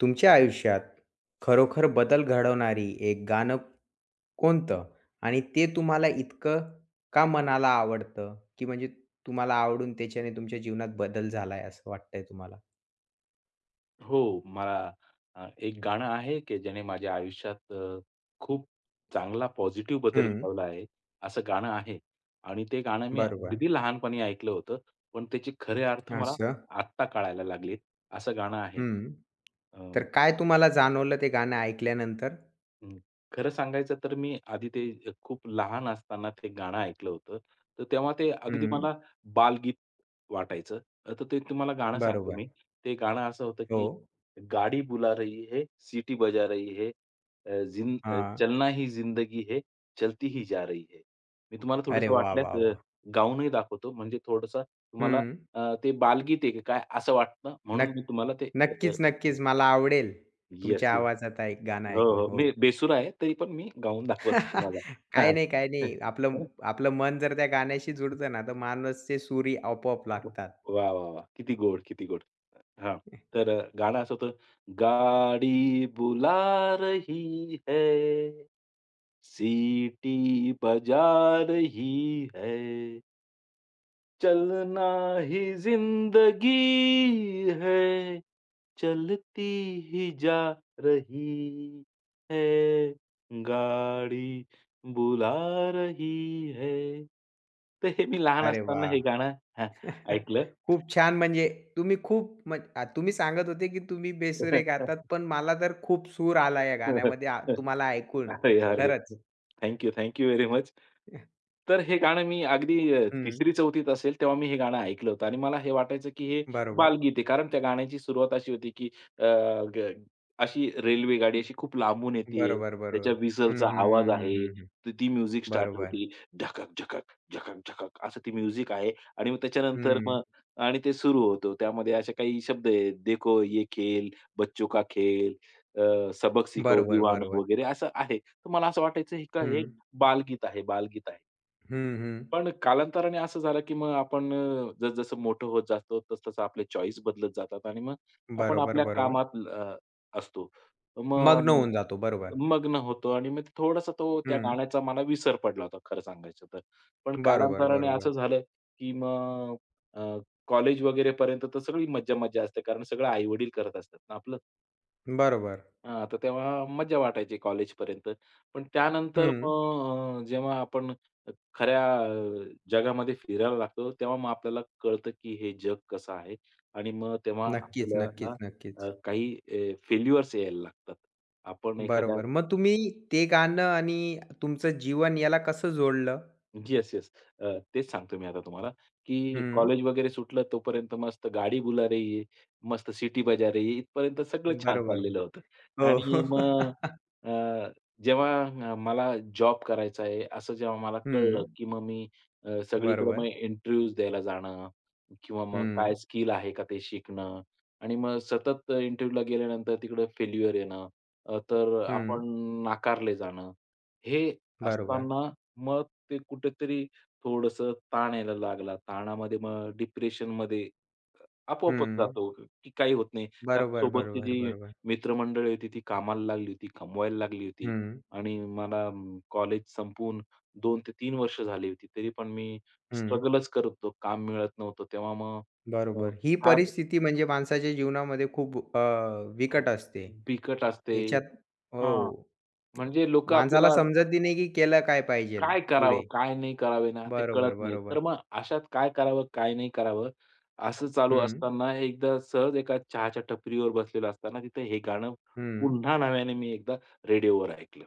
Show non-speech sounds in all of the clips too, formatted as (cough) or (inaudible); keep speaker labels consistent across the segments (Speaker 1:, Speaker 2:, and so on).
Speaker 1: तुमच्या आयुष्यात खरोखर बदल घडवणारी एक गाणं कोणतं? आणि ते तुम्हाला इतकं का मनाला आवडतं? की म्हणजे तुम्हाला आवडून त्याच्याने तुमच्या जीवनात बदल झालाय असं वाटतंय तुम्हाला?
Speaker 2: हो, मला एक गाणं आहे, की ज्याने माझ्या आयुष्यात खूप चांगला पॉझिटिव्ह बदल
Speaker 1: हं,
Speaker 2: घडवला आहे, असं गाणं आहे. आणि ते गाणं मी
Speaker 1: बरोबर.
Speaker 2: अगदी लहानपणी ऐकलं होतं, पण त्याचे खरे अर्थ मला
Speaker 1: असं.
Speaker 2: आत्ता कळायला लागलेत, असं गाणं आहे.
Speaker 1: हं. तर काय तुम्हाला जाणवलं ते गाणं ऐकल्यानंतर?
Speaker 2: हं. खरं सांगायचं तर मी आधी ते खूप लहान असताना ते गाणं ऐकलं होतं. तर तेव्हा ते अगदी मला
Speaker 1: हं,
Speaker 2: बालगीत वाटायचं. तर ते तुम्हाला गाणं सांगतो
Speaker 1: बरोबर.
Speaker 2: मी. ते गाणं असं होतं
Speaker 1: हो.
Speaker 2: की गाडी बुला रही है, सिटी बजा रही है,
Speaker 1: हां.
Speaker 2: चलना ही जिंदगी है, चलती ही जा रही है. मी तुम्हाला
Speaker 1: अरे
Speaker 2: थोडंसं
Speaker 1: वाह,
Speaker 2: वाटल्यास
Speaker 1: वाह, वाह!
Speaker 2: गाऊनही दाखवतो. म्हणजे थोडंसं तुम्हाला
Speaker 1: हं.
Speaker 2: ते बालगीत आहे की काय असं वाटतं म्हणून
Speaker 1: नक्क
Speaker 2: मी तुम्हाला ते
Speaker 1: नक्कीच, नक्कीच. मला आवडेल
Speaker 2: येस,
Speaker 1: तुमच्या
Speaker 2: येस.
Speaker 1: आवाजात ऐक गाणं
Speaker 2: हो,
Speaker 1: ऐकणं.
Speaker 2: हो.
Speaker 1: हो.
Speaker 2: मी बेसूर आहे, तरी पण मी गाऊन दाखवतो तुम्हाला.
Speaker 1: (laughs) काही
Speaker 2: हां.
Speaker 1: नाही, काही नाही. आपलं
Speaker 2: (laughs)
Speaker 1: आपलं मन जर त्या गाण्याशी जुडतं ना, तर माणूसचे सुरी आपोआप
Speaker 2: वाह,
Speaker 1: लागतात.
Speaker 2: वाह, वाह! किती गोड, किती गोड. हां, तर गाणं असं होतं, गाडी बुला रही है, सिटी बजा रही है. चलना ही जिंदगी है चलती ही जा रही है गाडी बुला रही है. तर हे मी लहान
Speaker 1: अरे
Speaker 2: असताना
Speaker 1: वाह!
Speaker 2: हे गाणं (laughs)
Speaker 1: (laughs)
Speaker 2: ऐकलं.
Speaker 1: खूप छान म्हणजे तुम्ही खूप तुम्ही सांगत होते, की तुम्ही बेसुरे गातात, पण मला तर खूप सूर आला या
Speaker 2: (laughs)
Speaker 1: गाण्यामध्ये तुम्हाला ऐकून.
Speaker 2: अरे, अरे!
Speaker 1: खरंच.
Speaker 2: Thank you, thank you very much.
Speaker 1: (laughs)
Speaker 2: तर हे गाणं मी अगदी
Speaker 1: हं.
Speaker 2: 3री-4थीत असेल तेव्हा मी हे गाणं ऐकलं होतं आणि मला हे वाटायचं की हे
Speaker 1: बरोबर.
Speaker 2: बालगीत आहे. कारण त्या गाण्याची सुरुवात अशी होती की अ, ग अशी रेल्वे गाडी अशी खूप लांबून येतीये.
Speaker 1: बरोबर, बरोबर.
Speaker 2: त्याच्या
Speaker 1: हं,
Speaker 2: व्हिसलचा
Speaker 1: हं, हं,
Speaker 2: आवाज
Speaker 1: हं,
Speaker 2: आहे.
Speaker 1: हं, हं.
Speaker 2: तर ती म्युझिक स्टार्ट
Speaker 1: बरोबर.
Speaker 2: होती. झकक, झकक, झकक, झकक असं ती म्युझिक आहे आणि मग त्याच्यानंतर मग
Speaker 1: हं.
Speaker 2: आणि ते सुरू होतं. त्यामध्ये असे काही शब्द आहेत. देखो ये खेल, बच्चों का खेल, सबक सिखो
Speaker 1: बरोबर,
Speaker 2: दीवानो
Speaker 1: बरोबर.
Speaker 2: वगैरे असं आहे. तर मला असं वाटायचं हे का हे
Speaker 1: हं.
Speaker 2: बालगीत आहे, बालगीत आहे.
Speaker 1: हं, हं.
Speaker 2: पण कालांतराने असं झालं, की मग आपण जसं-जसं मोठं होत जातो, तसं आपले चॉईस बदलत जातात आणि मग आपण
Speaker 1: बरोबर,
Speaker 2: आपल्या
Speaker 1: बरोबर.
Speaker 2: कामात असतो.
Speaker 1: मग्न
Speaker 2: मग
Speaker 1: होऊन जातो. बरोबर.
Speaker 2: मग्न होतो आणि मग थोडासा तो त्या
Speaker 1: हं.
Speaker 2: गाण्याचा मला विसर पडला होता खरं सांगायचं तर. पण
Speaker 1: बरोबर,
Speaker 2: कालांतराने
Speaker 1: बरोबर.
Speaker 2: असं झालं, की मग अ, कॉलेज वगैरेपर्यंत तर सगळी मज्जा-मज्जा असते कारण सगळं आई-वडील करत असतात ना आपलं.
Speaker 1: बरोबर.
Speaker 2: हां, तर तेव्हा मज्जा वाटायची कॉलेजपर्यंत. पण त्यानंतर मग
Speaker 1: हं.
Speaker 2: जेव्हा आपण खऱ्या जगामध्ये फिरायला लागतो, तेव्हा मग आपल्याला कळतं की हे जग कसं आहे आणि मग तेव्हा
Speaker 1: नक्कीच, नक्कीच,
Speaker 2: आपल्याला
Speaker 1: नक्कीच.
Speaker 2: काही फेल्युअर्स यायला लागतात. आपण एखाद्या
Speaker 1: बरोबर. मग तुम्ही ते गाणं आणि तुमचं जीवन याला कसं जोडलं?
Speaker 2: Yes, yes. तेच सांगतो मी आता तुम्हाला, की
Speaker 1: हं.
Speaker 2: कॉलेज वगैरे सुटलं तोपर्यंत मस्त गाडी बुला रही है, मस्त सिटी बजा रही है, इथपर्यंत सगळं छान
Speaker 1: बरोबर.
Speaker 2: चाललेलं होतं.
Speaker 1: हो.
Speaker 2: आणि मग
Speaker 1: (laughs)
Speaker 2: अ, जेव्हा मला जॉब करायचा आहे, असं जेव्हा मला कळलं,
Speaker 1: हं.
Speaker 2: की मग मी सगळीकडे मग
Speaker 1: बरोबर.
Speaker 2: इंटरव्ह्यूज द्यायला जाणं किंवा मग काय
Speaker 1: हं.
Speaker 2: स्किल आहे का ते शिकणं आणि मग सतत इंटरव्ह्यूला गेल्यानंतर तिकडे फेल्युअर येणं, तर
Speaker 1: हं.
Speaker 2: आपण नाकारले जाणं. हे
Speaker 1: बरोबर.
Speaker 2: असताना मग ते कुठेतरी थोडंसं ताण यायला लागला. ताणामध्ये मग डिप्रेशनमध्ये आपोआपच
Speaker 1: हं.
Speaker 2: जातो, की काही होत नाही. कारण
Speaker 1: बरोबर,
Speaker 2: सोबतची
Speaker 1: बरोबर,
Speaker 2: जी
Speaker 1: बरोबर.
Speaker 2: मित्रमंडळी होती ती कामाला लागली होती, कमवायला लागली होती
Speaker 1: हं.
Speaker 2: आणि मला कॉलेज संपवून 2 ते 3 वर्ष झाली होती. तरी पण मी
Speaker 1: हं.
Speaker 2: स्ट्रगलच करत होतो. काम मिळत नव्हतं. तेव्हा मग अ,
Speaker 1: बरोबर. ही
Speaker 2: फार
Speaker 1: परिस्थिती म्हणजे माणसाच्या जीवनामध्ये खूप
Speaker 2: अ,
Speaker 1: बिकट असते.
Speaker 2: बिकट असते.
Speaker 1: याच्यात
Speaker 2: हां,
Speaker 1: हो.
Speaker 2: म्हणजे लोकं
Speaker 1: माणसाला
Speaker 2: आपल्याला
Speaker 1: समजतही नाही, की केलं काय पाहिजे
Speaker 2: काय करावं,
Speaker 1: पुढे.
Speaker 2: काय नाही करावे ना, ते कळत
Speaker 1: बरोबर,
Speaker 2: नाही. तर
Speaker 1: बरोबर.
Speaker 2: मग अशात काय करावं, काय नाही करावं, असं चालू
Speaker 1: हं.
Speaker 2: असताना एकदा सहज एका चहाच्या टपरीवर बसलेलो असताना तिथे हे गाणं
Speaker 1: हं.
Speaker 2: पुन्हा नव्याने मी एकदा रेडिओवर ऐकलं.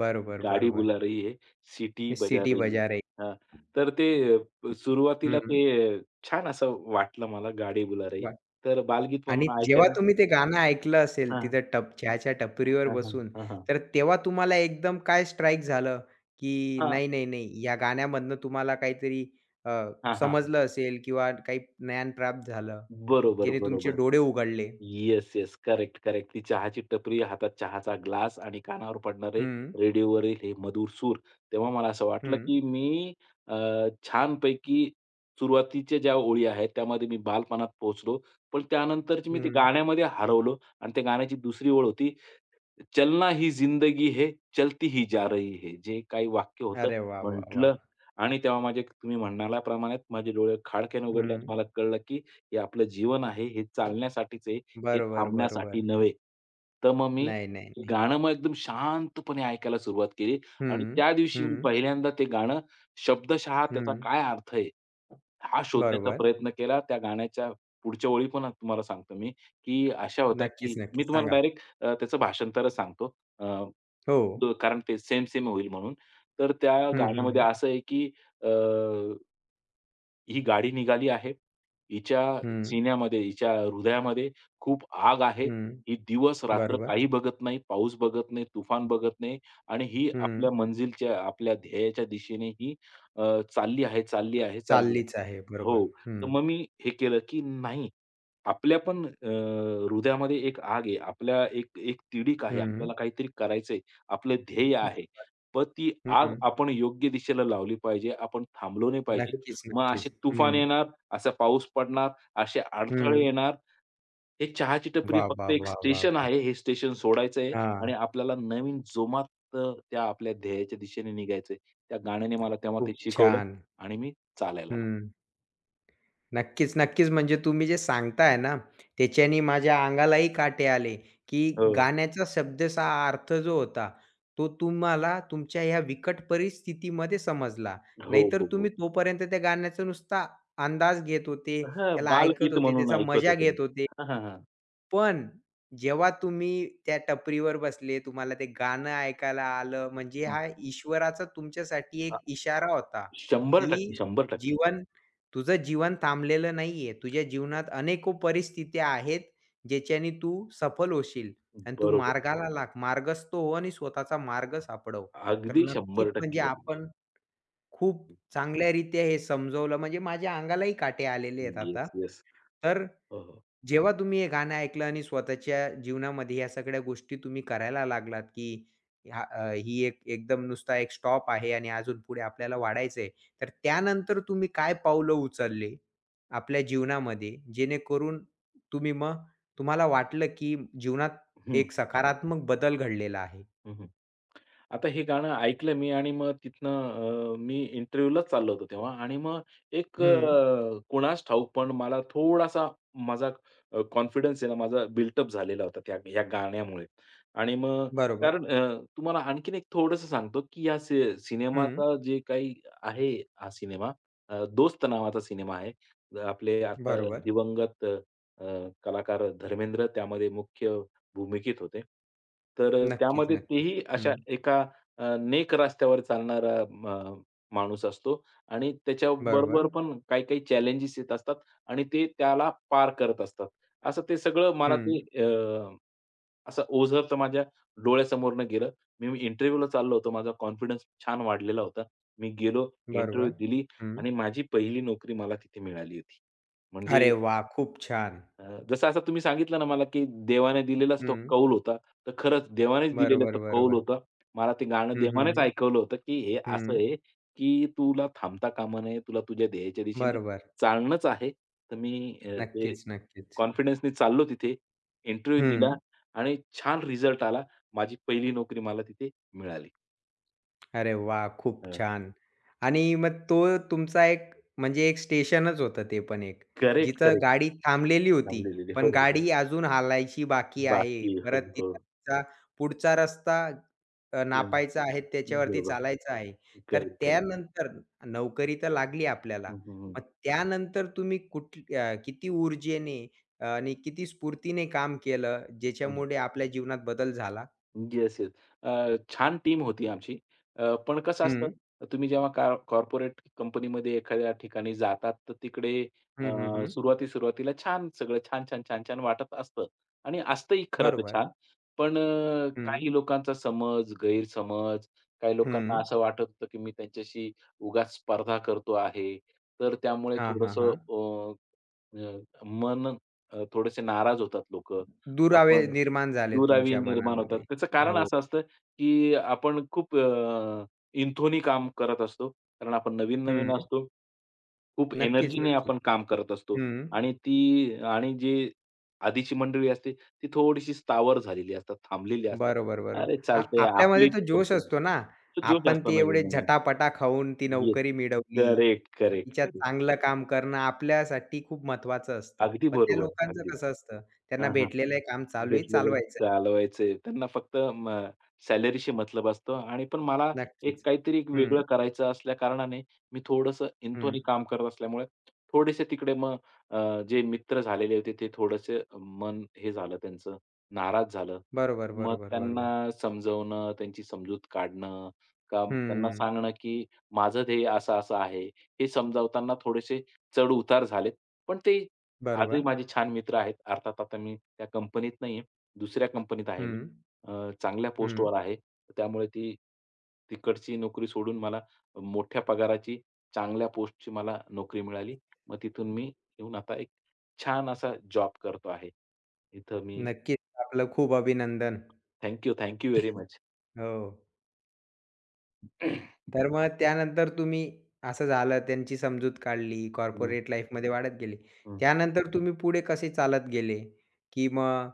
Speaker 1: बरोबर,
Speaker 2: गाडी
Speaker 1: बरोबर.
Speaker 2: बुला रही है, सिटी
Speaker 1: हे
Speaker 2: बजा
Speaker 1: सिटी
Speaker 2: रही है.
Speaker 1: बजार आहे.
Speaker 2: हां, तर ते सुरुवातीला
Speaker 1: हं,
Speaker 2: ते अ, छान असं वाटलं मला, गाडी बुला रही.
Speaker 1: वा
Speaker 2: तर बालगीत
Speaker 1: आणि
Speaker 2: म्हणून
Speaker 1: जेव्हा
Speaker 2: ऐकायला
Speaker 1: तुम्ही ते गाणं ऐकलं असेल
Speaker 2: हां,
Speaker 1: तिथं टप चहाच्या टपरीवर
Speaker 2: हां, हां,
Speaker 1: बसून,
Speaker 2: हां, हां.
Speaker 1: तर तेव्हा तुम्हाला एकदम काय स्ट्राइक झालं, की
Speaker 2: हां,
Speaker 1: नाही, नाही, नाही या गाण्यामधनं तुम्हाला काहीतरी अ,
Speaker 2: हां, हां.
Speaker 1: समजलं असेल किंवा काही ज्ञान प्राप्त झालं,
Speaker 2: बरोबर,
Speaker 1: जेणे तुमचे
Speaker 2: बरोबर.
Speaker 1: डोळे उघडले?
Speaker 2: Yes, yes. Correct, correct. ती चहाची टपरी, हातात चहाचा ग्लास आणि कानावर पडणारे
Speaker 1: हं,
Speaker 2: रेडिओवरील हे मधुर सूर. तेव्हा मला असं वाटलं,
Speaker 1: हं,
Speaker 2: की मी अ, छानपैकी सुरुवातीच्या ज्या ओळी आहेत, त्यामध्ये मी बालपणात पोहोचलो. पण त्यानंतरची मी ते
Speaker 1: हं.
Speaker 2: गाण्यामध्ये हरवलो आणि त्या गाण्याची दुसरी ओळ होती चलना ही जिंदगी है, चलती ही जा रही है. जे काही वाक्य होतं
Speaker 1: अरे वाह, वाह, वाह!
Speaker 2: म्हटलं आणि तेव्हा माझे तुम्ही म्हणाल्याप्रमाणे माझे डोळे खाडक्याने उघडले आणि
Speaker 1: हं.
Speaker 2: मला कळलं, की हे आपलं जीवन आहे, हे चालण्यासाठीच आहे, हे
Speaker 1: बरोबर,
Speaker 2: थांबण्यासाठी
Speaker 1: बरोबर.
Speaker 2: नव्हे. तर मग मी
Speaker 1: नाही, नाही.
Speaker 2: गाणं मग एकदम शांतपणे ऐकायला सुरुवात केली आणि
Speaker 1: हं,
Speaker 2: त्या दिवशी मी
Speaker 1: हं,
Speaker 2: पहिल्यांदा ते गाणं शब्दशः त्याचा
Speaker 1: हं.
Speaker 2: काय अर्थ आहे, हा शोधण्याचा
Speaker 1: बरोबर.
Speaker 2: प्रयत्न केला. त्या गाण्याच्या पुढच्या ओळी पण तुम्हाला सांगतो मी, की अशा होत्या,
Speaker 1: नक्कीच,
Speaker 2: की मी
Speaker 1: नक्कीच.
Speaker 2: तुम्हाला
Speaker 1: सांगा.
Speaker 2: डायरेक्ट त्याचं भाषांतरच सांगतो. अ,
Speaker 1: हो.
Speaker 2: ब कारण ते सेम-सेम होईल म्हणून. तर त्या
Speaker 1: हं, हं,
Speaker 2: गाण्यामध्ये
Speaker 1: हं.
Speaker 2: असं आहे की ही गाडी निघाली आहे. हिच्या
Speaker 1: हं,
Speaker 2: सिन्यामध्ये, हिच्या हृदयामध्ये खूप आग आहे.
Speaker 1: हं.
Speaker 2: ही दिवस-रात्र
Speaker 1: बरोबर.
Speaker 2: काही बघत नाही, पाऊस बघत नाही, तुफान बघत नाही आणि ही आपल्या
Speaker 1: हं.
Speaker 2: मंजिलच्या, आपल्या ध्येयाच्या दिशेने ही अ, चालली आहे, चालली आहे, चालली
Speaker 1: चाललीच
Speaker 2: आहे.
Speaker 1: आहे. बरोबर.
Speaker 2: हो.
Speaker 1: हं,
Speaker 2: तर मग मी हे केलं, की नाही, आपल्या पण हृदयामध्ये एक आग आहे. आपल्या एक एक तिडीक आहे. आपल्याला
Speaker 1: हं.
Speaker 2: काहीतरी करायचंय. आपलं ध्येय आहे. पण ती आग
Speaker 1: हं.
Speaker 2: आपण योग्य दिशेला लावली पाहिजे. आपण थांबलो नाही पाहिजे.
Speaker 1: नक्कीच,
Speaker 2: मग असे
Speaker 1: नक्कीच.
Speaker 2: तुफान
Speaker 1: हं,
Speaker 2: येणार, असा पाऊस पडणार, असे अडथळे
Speaker 1: हं.
Speaker 2: येणार. हे चहाची टपरी
Speaker 1: वाह,
Speaker 2: फक्त
Speaker 1: वाह,
Speaker 2: एक
Speaker 1: वाह, वाह,
Speaker 2: स्टेशन
Speaker 1: वाह!
Speaker 2: आहे. हे स्टेशन सोडायचं आहे आणि
Speaker 1: हां.
Speaker 2: आपल्याला नवीन जोमात त्या आपल्या ध्येयाच्या दिशेने निघायचं त्या गाण्याने मला तेव्हा ते
Speaker 1: खूप
Speaker 2: शिकवलं
Speaker 1: छान.
Speaker 2: आणि मी चालायला लागलो.
Speaker 1: हं. नक्कीच, नक्कीच. म्हणजे तुम्ही जे सांगताय ना, त्याच्याने माझ्या अंगालाही काटे आले, की
Speaker 2: हो.
Speaker 1: गाण्याचा शब्दचा अर्थ जो होता, तो तुम्हाला तुमच्या ह्या बिकट परिस्थितीमध्ये समजला.
Speaker 2: हो,
Speaker 1: नाहीतर
Speaker 2: हो, हो.
Speaker 1: तुम्ही तोपर्यंत त्या गाण्याचा नुसता अंदाज घेत होते,
Speaker 2: हां,
Speaker 1: त्याला ऐकत
Speaker 2: बालगीत
Speaker 1: होते,
Speaker 2: म्हणून
Speaker 1: त्याचा
Speaker 2: ऐकत
Speaker 1: मजा
Speaker 2: होतो मी.
Speaker 1: घेत होते.
Speaker 2: हां, हां, हां.
Speaker 1: पण जेव्हा तुम्ही त्या टपरीवर बसले, तुम्हाला ते गाणं ऐकायला आलं, म्हणजे
Speaker 2: हं.
Speaker 1: हा ईश्वराचा तुमच्यासाठी
Speaker 2: अ,
Speaker 1: एक इशारा होता,
Speaker 2: 100%
Speaker 1: की
Speaker 2: 100%
Speaker 1: जीवन तुझं जीवन थांबलेलं नाहीये. तुझ्या जीवनात अनेको परिस्थित्या आहेत, ज्याच्याने तू सफल होशील आणि तू
Speaker 2: बरोबर.
Speaker 1: मार्गाला लाग, मार्गस्थ हो आणि स्वतःचा मार्ग सापडव. तर
Speaker 2: अगदी
Speaker 1: नक्कीच
Speaker 2: 100%
Speaker 1: म्हणजे
Speaker 2: बरोबर.
Speaker 1: आपण खूप चांगल्यारीत्या हे समजवलं, म्हणजे माझ्या अंगालाही काटे आलेले आहेत आता.
Speaker 2: Yes, yes.
Speaker 1: तर
Speaker 2: हो, हो.
Speaker 1: जेव्हा तुम्ही हे गाणं ऐकलं आणि स्वतःच्या जीवनामध्ये या सगळ्या गोष्टी तुम्ही करायला लागलात, की ही एक एकदम नुसता एक स्टॉप आहे आणि अजून पुढे आपल्याला वाढायचंय. तर त्यानंतर तुम्ही काय पावलं उचलली आपल्या जीवनामध्ये, जेणेकरून तुम्ही मग तुम्हाला वाटलं, की जीवनात
Speaker 2: हं,
Speaker 1: एक सकारात्मक बदल घडलेला आहे?
Speaker 2: हं, हं. आता हे गाणं ऐकलं मी आणि मग तिथनं मी इंटरव्ह्यूलाच चाललो होतो तेव्हा आणि मग एक
Speaker 1: हं,
Speaker 2: कुणास ठाऊक पण मला थोडासा माझा कॉन्फिडन्स आहे ना माझा बिल्टअप झालेला होता त्या या गाण्यामुळे. आणि मग
Speaker 1: बरोबर.
Speaker 2: कारण तुम्हाला आणखीन एक थोडंसं सांगतो, की या
Speaker 1: हं,
Speaker 2: सिनेमाचा जे काही आहे हा सिनेमा दोस्त नावाचा सिनेमा आहे. आपले आता
Speaker 1: बरोबर.
Speaker 2: दिवंगत कलाकार धर्मेंद्र त्यामध्ये मुख्य भूमिकेत होते. तर
Speaker 1: नक्कीच,
Speaker 2: त्यामध्ये
Speaker 1: नक्कीच.
Speaker 2: तेही अशा
Speaker 1: हं,
Speaker 2: एका नेक रस्त्यावर चालणारा अ, माणूस असतो आणि
Speaker 1: बरोबर.
Speaker 2: त्याच्याबरोबर पण काही काही चॅलेंजेस येत असतात आणि ते त्याला पार करत असतात. असं ते सगळं मला
Speaker 1: हं,
Speaker 2: ते अ, असं ओझरतं माझ्या डोळ्यासमोरनं गेलं. मी इंटरव्ह्यूला चाललो होतो. माझा कॉन्फिडन्स छान वाढलेला होता. मी गेलो, इंटरव्ह्यू
Speaker 1: बरोबर.
Speaker 2: दिली
Speaker 1: हं.
Speaker 2: आणि माझी पहिली नोकरी मला तिथे मिळाली होती. म्हणजे
Speaker 1: अरे वाह! खूप छान.
Speaker 2: जसं आता तुम्ही सांगितलं ना मला, की देवाने दिलेलाच तो
Speaker 1: हं.
Speaker 2: कौल होता. तर खरंच देवानेच दिलेला
Speaker 1: बरोबर,
Speaker 2: तो कौल
Speaker 1: बरोबर.
Speaker 2: होता. मला ते गाणं
Speaker 1: हं, हं,
Speaker 2: देवानेच
Speaker 1: हं.
Speaker 2: ऐकवलं होतं, की हे असं
Speaker 1: हं.
Speaker 2: आहे, की तुला थांबता कामा नये. तुला तुझ्या ध्येयाच्या दिशेने
Speaker 1: बरोबर.
Speaker 2: चालणंच आहे. तर मी ते
Speaker 1: नक्कीच, नक्कीच.
Speaker 2: कॉन्फिडन्सनी चाललो तिथे. इंटरव्ह्यू दिला
Speaker 1: हं.
Speaker 2: आणि छान रिझल्ट आला. माझी पहिली नोकरी मला तिथे मिळाली.
Speaker 1: अरे वाह! खूप
Speaker 2: अ,
Speaker 1: छान. आणि मग तो तुमचा एक म्हणजे एक स्टेशनच होतं ते पण एक.
Speaker 2: करेक्ट,
Speaker 1: जिथं
Speaker 2: करेक्ट.
Speaker 1: गाडी थांबलेली होती,
Speaker 2: थांबलेली. हो,
Speaker 1: पण
Speaker 2: हो.
Speaker 1: गाडी अजून हालायची बाकी आहे.
Speaker 2: बाकी हो,
Speaker 1: परत
Speaker 2: हो.
Speaker 1: तिला तिचा पुढचा रस्ता
Speaker 2: हं,
Speaker 1: नापायचा आहे, त्याच्यावरती
Speaker 2: बरोबर.
Speaker 1: चालायचं आहे. तर
Speaker 2: करेक्ट, करेक्ट.
Speaker 1: त्यानंतर नोकरी तर लागली आपल्याला.
Speaker 2: हं, हं.
Speaker 1: मग त्यानंतर तुम्ही किती ऊर्जेने आणि किती स्फूर्तीने काम केलं,
Speaker 2: हं.
Speaker 1: ज्याच्यामुळे आपल्या जीवनात बदल झाला?
Speaker 2: Yes, yes. छान टीम होती आमची. पण कसं असतं,
Speaker 1: हं.
Speaker 2: तुम्ही जेव्हा का कॉर्पोरेट कंपनीमध्ये एखाद्या ठिकाणी जातात, तर तिकडे अ,
Speaker 1: हं, हं, हं.
Speaker 2: सुरुवाती-सुरुवातीला छान सगळं छान-छान, छान-छान वाटत असतं आणि असतंही खरं तर
Speaker 1: बरोबर.
Speaker 2: छान. पण
Speaker 1: हं.
Speaker 2: काही लोकांचा समज, गैरसमज, काही लोकांना
Speaker 1: हं.
Speaker 2: असं वाटत होतं, की मी त्यांच्याशी उगाच स्पर्धा करतो आहे. तर त्यामुळे
Speaker 1: हां, हां,
Speaker 2: थोडंसं
Speaker 1: हां.
Speaker 2: अ, अ, मन थोडेसे नाराज होतात लोक
Speaker 1: दुरावे
Speaker 2: आपण
Speaker 1: निर्माण झाले
Speaker 2: दुरावी
Speaker 1: तुमच्या
Speaker 2: निर्माण होतात.
Speaker 1: मनामध्ये.
Speaker 2: त्याचं कारण
Speaker 1: हो.
Speaker 2: असं असतं, की आपण खूप इंथोनी काम करत असतो. कारण आपण नवीन-नवीन
Speaker 1: हं.
Speaker 2: असतो. खूप
Speaker 1: नक्कीच,
Speaker 2: एनर्जीने
Speaker 1: नक्कीच.
Speaker 2: आपण काम करत असतो
Speaker 1: हं.
Speaker 2: आणि ती आणि जी आधीची मंडळी असते, ती थोडीशी स्थावर झालेली असतात, थांबलेली असतात.
Speaker 1: बरोबर, बरोबर.
Speaker 2: "अरे
Speaker 1: आ
Speaker 2: चालतंय,
Speaker 1: आपल्यामध्ये
Speaker 2: आपलीच
Speaker 1: तो जोश
Speaker 2: कंपनी."
Speaker 1: असतो ना.
Speaker 2: तो जोश
Speaker 1: आपण
Speaker 2: असतो
Speaker 1: ते एवढे
Speaker 2: नवीन-नवीन.
Speaker 1: झटापटा खाऊन ती
Speaker 2: येस.
Speaker 1: नोकरी मिळवली.
Speaker 2: करेक्ट,
Speaker 1: मग
Speaker 2: करेक्ट,
Speaker 1: तिच्यात
Speaker 2: करेक्ट.
Speaker 1: चांगलं काम करणं आपल्यासाठी खूप महत्त्वाचं असतं.
Speaker 2: अगदी
Speaker 1: पण त्या
Speaker 2: बरोबर.
Speaker 1: लोकांचं
Speaker 2: अगदी.
Speaker 1: कसं असतं, त्यांना
Speaker 2: हां, हां.
Speaker 1: भेटलेलं आहे काम चालूही
Speaker 2: भेटलेले
Speaker 1: चालवायचं आहे.
Speaker 2: चालवायचे. त्यांना फक्त सॅलरीशी मतलब असतो आणि पण मला एक
Speaker 1: नक्कीच.
Speaker 2: काहीतरी एक वेगळं
Speaker 1: हं,
Speaker 2: करायचं असल्या कारणाने मी थोडंसं एंथोनी
Speaker 1: हं.
Speaker 2: काम करत असल्यामुळे थोडेसे तिकडे मग जे मित्र झालेले होते ते थोडेसे मन हे झालं त्यांचं, नाराज झालं.
Speaker 1: बरोबर,
Speaker 2: मग
Speaker 1: बरोबर, बरोबर.
Speaker 2: त्यांना समजवणं, त्यांची समजूत काढणं, का त्यांना
Speaker 1: हं.
Speaker 2: सांगणं, की माझं ध्येय असं-असं आहे. हे समजावताना थोडेसे चढ-उतार झालेत. पण ते आजही
Speaker 1: बरोबर.
Speaker 2: माझे छान मित्र आहेत. अर्थात आता मी त्या कंपनीत नाहीये. दुसऱ्या कंपनीत आहे मी.
Speaker 1: हं,
Speaker 2: चांगल्या
Speaker 1: हं.
Speaker 2: पोस्टवर आहे. त्यामुळे ती तिकडची नोकरी सोडून मला मोठ्या पगाराची, चांगल्या पोस्टची मला नोकरी मिळाली. मग तिथून मी येऊन आता एक छान असा जॉब करतो आहे. इथं मी
Speaker 1: नक्कीच आपलं खूप अभिनंदन.
Speaker 2: Thank you, thank you very much.
Speaker 1: हो. तर मग त्यानंतर तुम्ही असं झालं त्यांची समजूत काढली,
Speaker 2: हं,
Speaker 1: कॉर्पोरेट लाईफमध्ये वाढत गेली.
Speaker 2: हं,
Speaker 1: त्यानंतर तुम्ही पुढे कसे चालत गेले? की मग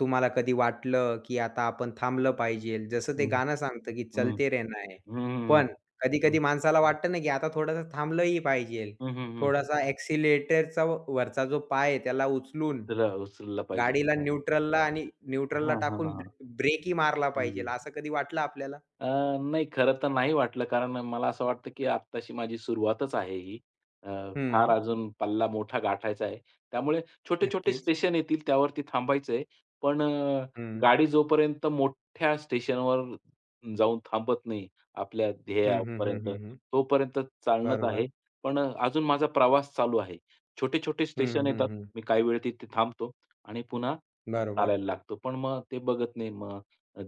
Speaker 1: तुम्हाला कधी वाटलं, की आता आपण थांबलं पाहिजेल? जसं ते
Speaker 2: हं,
Speaker 1: गाणं सांगतं, की
Speaker 2: हं,
Speaker 1: "चलते रहना है."
Speaker 2: हं,
Speaker 1: पण
Speaker 2: हं,
Speaker 1: कधी-कधी माणसाला वाटतं ना, की आता थोडंसं थांबलंही पाहिजेल.
Speaker 2: हं, हं, हं.
Speaker 1: थोडासा एक्सिलेटरचा वरचा जो पाय आहे त्याला उचलून
Speaker 2: त्याला उचलला पाहिजे.
Speaker 1: गाडीला
Speaker 2: हां,
Speaker 1: न्यूट्रलला आणि न्यूट्रलला
Speaker 2: हां,
Speaker 1: टाकून
Speaker 2: हां.
Speaker 1: ब्रेकही मारला पाहिजेल.
Speaker 2: हं.
Speaker 1: असं कधी वाटलं आपल्याला?
Speaker 2: अ, नाही खरं तर नाही वाटलं, कारण मला असं वाटतं, की आत्ताशी माझी सुरुवातच आहे ही. अ, फार
Speaker 1: हं.
Speaker 2: अजून पल्ला मोठा गाठायचा आहे. त्यामुळे छोटे-छोटे
Speaker 1: नक्कीच.
Speaker 2: स्टेशन येतील त्यावरती थांबायचंय. पण
Speaker 1: हं.
Speaker 2: गाडी जोपर्यंत मोठ्या स्टेशनवर जाऊन थांबत नाही आपल्या
Speaker 1: हं, हं, हं,
Speaker 2: ध्येयापर्यंत,
Speaker 1: हं, हं.
Speaker 2: तोपर्यंत चालणंच आहे.
Speaker 1: बरोबर.
Speaker 2: पण अजून माझा प्रवास चालू आहे. छोटे-छोटे
Speaker 1: हं,
Speaker 2: स्टेशन
Speaker 1: हं,
Speaker 2: येतात.
Speaker 1: हं.
Speaker 2: मी काही वेळ तिथे थांबतो आणि पुन्हा
Speaker 1: बरोबर.
Speaker 2: चालायला लागतो. पण मग ते बघत नाही मग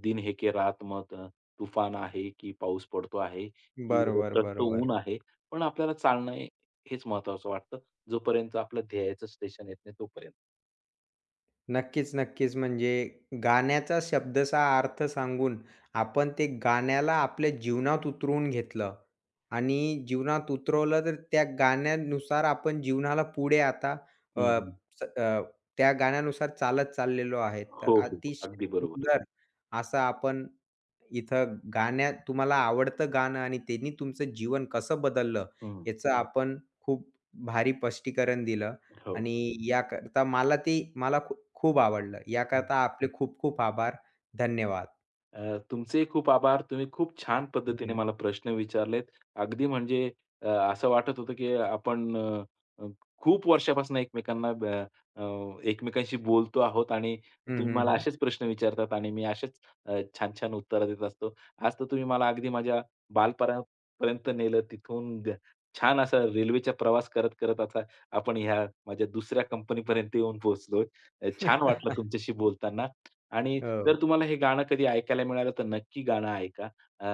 Speaker 2: दिन है की रात मत तुफान आहे, की पाऊस पडतो आहे, की
Speaker 1: बरोबर,
Speaker 2: रखरखतं ऊन
Speaker 1: बरोबर.
Speaker 2: आहे. पण आपल्याला चालणं हे- हेच महत्वाचं वाटतं. जोपर्यंत आपलं ध्येयाचं स्टेशन येत नाही तोपर्यंत.
Speaker 1: नक्कीच, नक्कीच. म्हणजे गाण्याचा शब्दचा अर्थ सांगून आपण ते गाण्याला आपल्या जीवनात उतरवून घेतलं आणि जीवनात उतरवलं तर त्या गाण्यानुसार आपण जीवनाला पुढे आता
Speaker 2: हं,
Speaker 1: अ,
Speaker 2: हं.
Speaker 1: स अ, त्या गाण्यानुसार चालत चाललेलो आहे. तर
Speaker 2: हो, हो.
Speaker 1: अतिशय
Speaker 2: अगदी बरोबर.
Speaker 1: सुंदर असा आपण इथं गाण्यात तुम्हाला आवडतं गाणं आणि त्यांनी तुमचं जीवन कसं बदललं,
Speaker 2: हं,
Speaker 1: याचं आपण खूप भारी स्पष्टीकरण दिलं
Speaker 2: हो.
Speaker 1: आणि याकरता मला खूप आवडलं. याकरता आपले खूप खूप आभार. धन्यवाद.
Speaker 2: तुमचेही खूप आभार. तुम्ही खूप छान पद्धतीने
Speaker 1: हं.
Speaker 2: मला प्रश्न विचारलेत. अगदी म्हणजे असं वाटत होतं, की आपण अ, अ, खूप वर्षापासून एकमेकांना अ, अ, एकमेकांशी बोलतो आहोत आणि
Speaker 1: हं,
Speaker 2: तुम्ही
Speaker 1: हं,
Speaker 2: मला
Speaker 1: हं.
Speaker 2: असेच प्रश्न विचारतात आणि मी असेच छान-छान उत्तरं देत असतो. आज तर तुम्ही मला अगदी माझ्या बालपणापर्यंत नेलं. तिथून छान असा रेल्वेचा प्रवास करत-करत आता आपण ह्या माझ्या दुसऱ्या कंपनीपर्यंत येऊन पोहोचलोय. छान वाटलं
Speaker 1: (laughs)
Speaker 2: तुमच्याशी बोलताना आणि जर
Speaker 1: हो.
Speaker 2: तुम्हाला हे गाणं कधी ऐकायला मिळालं तर नक्की गाणं ऐका. अ,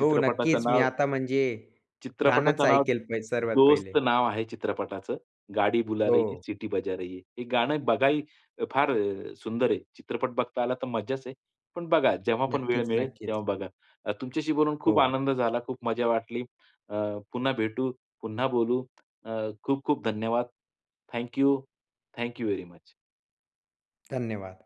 Speaker 1: हो, नक्कीच. मी
Speaker 2: नाव
Speaker 1: आता म्हणजे गाणंच
Speaker 2: चित्रपटाचं नाव
Speaker 1: ऐकेल पै सर्वात पहिले.
Speaker 2: 'दोस्त' नाव आहे चित्रपटाचं. 'गाडी बुला
Speaker 1: हो.
Speaker 2: रही है, सिटी बजा रही है.' हे गाणं बघाही फार सुंदर आहे. चित्रपट बघता आला तर मज्जाच आहे. पण बघा, जेव्हा पण वेळ
Speaker 1: नक्कीच,
Speaker 2: मिळेल तेव्हा
Speaker 1: नक्कीच.
Speaker 2: बघा. तुमच्याशी बोलून खूप
Speaker 1: हो.
Speaker 2: आनंद झाला, खूप मजा वाटली. अ, पुन्हा भेटू, पुन्हा बोलू. खूप खूप धन्यवाद. Thank you. Very much.
Speaker 1: धन्यवाद.